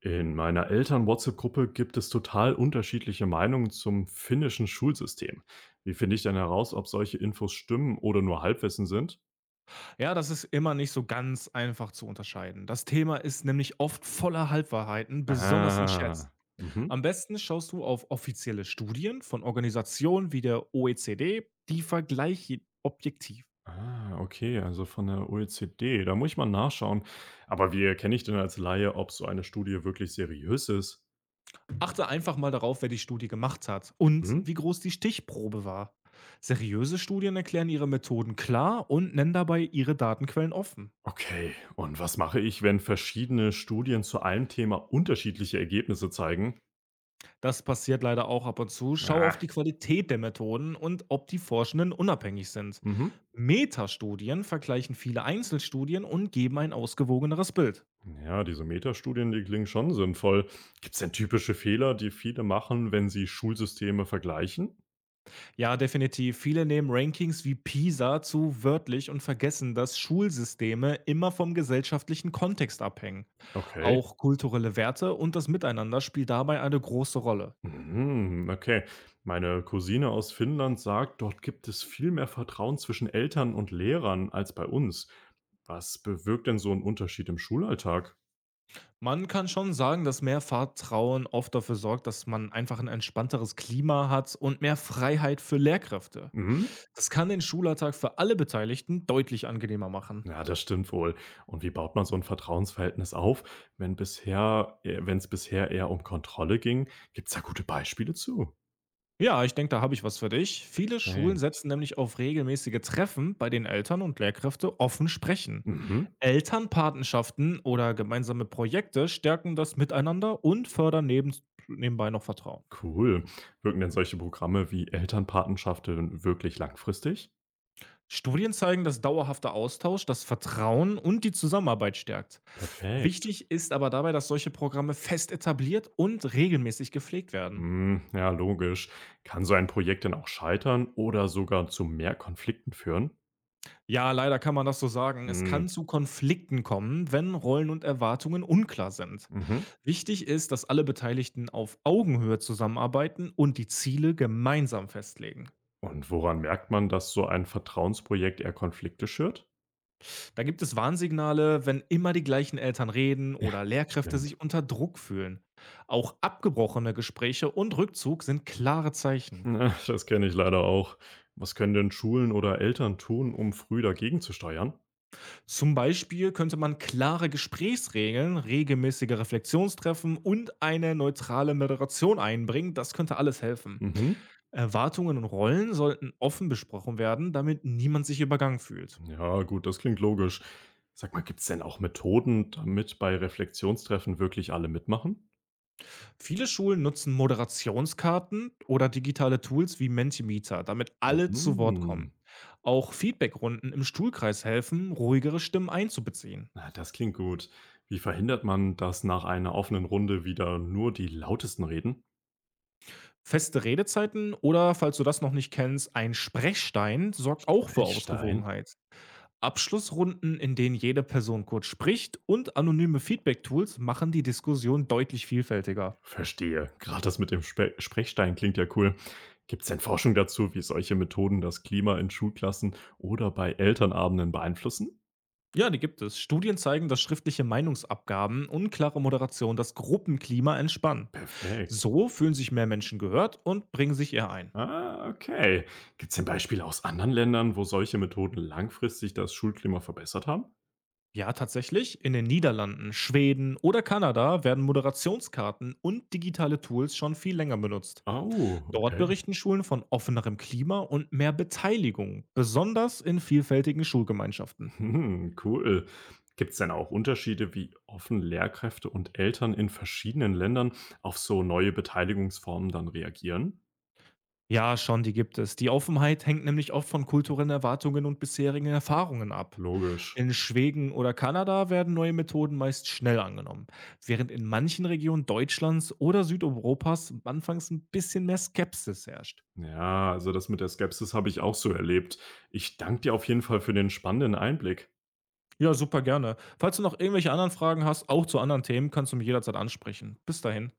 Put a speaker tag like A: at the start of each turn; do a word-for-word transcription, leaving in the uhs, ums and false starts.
A: In meiner Eltern-WhatsApp-Gruppe gibt es total unterschiedliche Meinungen zum finnischen Schulsystem. Wie finde ich denn heraus, ob solche Infos stimmen oder nur Halbwissen sind?
B: Ja, das ist immer nicht so ganz einfach zu unterscheiden. Das Thema ist nämlich oft voller Halbwahrheiten, besonders in Chats.
A: Ah, mhm.
B: Am besten schaust du auf offizielle Studien von Organisationen wie der O E C D, die vergleichen objektiv.
A: Ah, okay, also von der O E C D. Da muss ich mal nachschauen. Aber wie erkenne ich denn als Laie, ob so eine Studie wirklich seriös ist?
B: Achte einfach mal darauf, wer die Studie gemacht hat und
A: Hm?
B: wie groß die Stichprobe war. Seriöse Studien erklären ihre Methoden klar und nennen dabei ihre Datenquellen offen.
A: Okay, und was mache ich, wenn verschiedene Studien zu einem Thema unterschiedliche Ergebnisse zeigen?
B: Das passiert leider auch ab und zu. Schau auf
A: Ah,
B: die Qualität der Methoden und ob die Forschenden unabhängig sind.
A: mhm.
B: Metastudien vergleichen viele Einzelstudien und geben ein ausgewogeneres Bild.
A: Ja, diese Metastudien, die klingen schon sinnvoll. Gibt es denn typische Fehler, die viele machen, wenn sie Schulsysteme vergleichen?
B: Ja, definitiv. Viele nehmen Rankings wie PISA zu wörtlich und vergessen, dass Schulsysteme immer vom gesellschaftlichen Kontext abhängen.
A: Okay.
B: Auch kulturelle Werte und das Miteinander spielt dabei eine große Rolle.
A: Mhm, okay. Meine Cousine aus Finnland sagt, dort gibt es viel mehr Vertrauen zwischen Eltern und Lehrern als bei uns. Was bewirkt denn so ein Unterschied im Schulalltag?
B: Man kann schon sagen, dass mehr Vertrauen oft dafür sorgt, dass man einfach ein entspannteres Klima hat und mehr Freiheit für Lehrkräfte.
A: Mhm.
B: Das kann den Schulalltag für alle Beteiligten deutlich angenehmer machen.
A: Ja, das stimmt wohl. Und wie baut man so ein Vertrauensverhältnis auf, wenn bisher, wenn es bisher eher um Kontrolle ging? Gibt es da gute Beispiele zu?
B: Ja, ich denke, da habe ich was für dich. Viele
A: Okay.
B: Schulen setzen nämlich auf regelmäßige Treffen, bei denen Eltern und Lehrkräfte offen sprechen.
A: Mhm.
B: Elternpatenschaften oder gemeinsame Projekte stärken das Miteinander und fördern neben, nebenbei noch Vertrauen.
A: Cool. Wirken denn solche Programme wie Elternpatenschaften wirklich langfristig?
B: Studien zeigen, dass dauerhafter Austausch das Vertrauen und die Zusammenarbeit stärkt.
A: Perfekt.
B: Wichtig ist aber dabei, dass solche Programme fest etabliert und regelmäßig gepflegt werden.
A: Hm, ja, logisch. Kann so ein Projekt denn auch scheitern oder sogar zu mehr Konflikten führen?
B: Ja, leider kann man das so sagen. Es
A: Hm,
B: kann zu Konflikten kommen, wenn Rollen und Erwartungen unklar sind.
A: mhm.
B: Wichtig ist, dass alle Beteiligten auf Augenhöhe zusammenarbeiten und die Ziele gemeinsam festlegen.
A: Und woran merkt man, dass so ein Vertrauensprojekt eher Konflikte schürt?
B: Da gibt es Warnsignale, wenn immer die gleichen Eltern reden oder Lehrkräfte
A: Stimmt.
B: sich unter Druck fühlen. Auch abgebrochene Gespräche und Rückzug sind klare Zeichen.
A: Na, das kenne ich leider auch. Was können denn Schulen oder Eltern tun, um früh dagegen zu steuern?
B: Zum Beispiel könnte man klare Gesprächsregeln, regelmäßige Reflexionstreffen und eine neutrale Moderation einbringen. Das könnte alles helfen.
A: Mhm.
B: Erwartungen und Rollen sollten offen besprochen werden, damit niemand sich übergangen fühlt.
A: Ja, gut, das klingt logisch. Sag mal, gibt's denn auch Methoden, damit bei Reflexionstreffen wirklich alle mitmachen?
B: Viele Schulen nutzen Moderationskarten oder digitale Tools wie Mentimeter, damit alle zu Wort
A: Mhm.
B: kommen. Auch Feedbackrunden im Stuhlkreis helfen, ruhigere Stimmen einzubeziehen.
A: Na, das klingt gut. Wie verhindert man, dass nach einer offenen Runde wieder nur die Lautesten reden?
B: Feste Redezeiten oder, falls du das noch nicht kennst, ein Sprechstein sorgt auch für
A: Sprechstein?
B: Ausgewogenheit. Abschlussrunden, in denen jede Person kurz spricht, und anonyme Feedback-Tools machen die Diskussion deutlich vielfältiger.
A: Verstehe. Gerade das mit dem Spe Sprechstein klingt ja cool. Gibt's denn Forschung dazu, wie solche Methoden das Klima in Schulklassen oder bei Elternabenden beeinflussen?
B: Ja, die gibt es. Studien zeigen, dass schriftliche Meinungsabgaben, unklare Moderation das Gruppenklima entspannen.
A: Perfekt.
B: So fühlen sich mehr Menschen gehört und bringen sich eher ein.
A: Ah, okay. Gibt es denn Beispiele aus anderen Ländern, wo solche Methoden langfristig das Schulklima verbessert haben?
B: Ja, tatsächlich, in den Niederlanden, Schweden oder Kanada werden Moderationskarten und digitale Tools schon viel länger benutzt.
A: Oh,
B: Dort
A: okay.
B: berichten Schulen von offenerem Klima und mehr Beteiligung, besonders in vielfältigen Schulgemeinschaften.
A: Hm, cool. Gibt es denn auch Unterschiede, wie offen Lehrkräfte und Eltern in verschiedenen Ländern auf so neue Beteiligungsformen dann reagieren?
B: Ja, schon, die gibt es. Die Offenheit hängt nämlich oft von kulturellen Erwartungen und bisherigen Erfahrungen ab.
A: Logisch.
B: In Schweden oder Kanada werden neue Methoden meist schnell angenommen, während in manchen Regionen Deutschlands oder Südeuropas anfangs ein bisschen mehr Skepsis herrscht.
A: Ja, also das mit der Skepsis habe ich auch so erlebt. Ich danke dir auf jeden Fall für den spannenden Einblick.
B: Ja, super gerne. Falls du noch irgendwelche anderen Fragen hast, auch zu anderen Themen, kannst du mich jederzeit ansprechen. Bis dahin.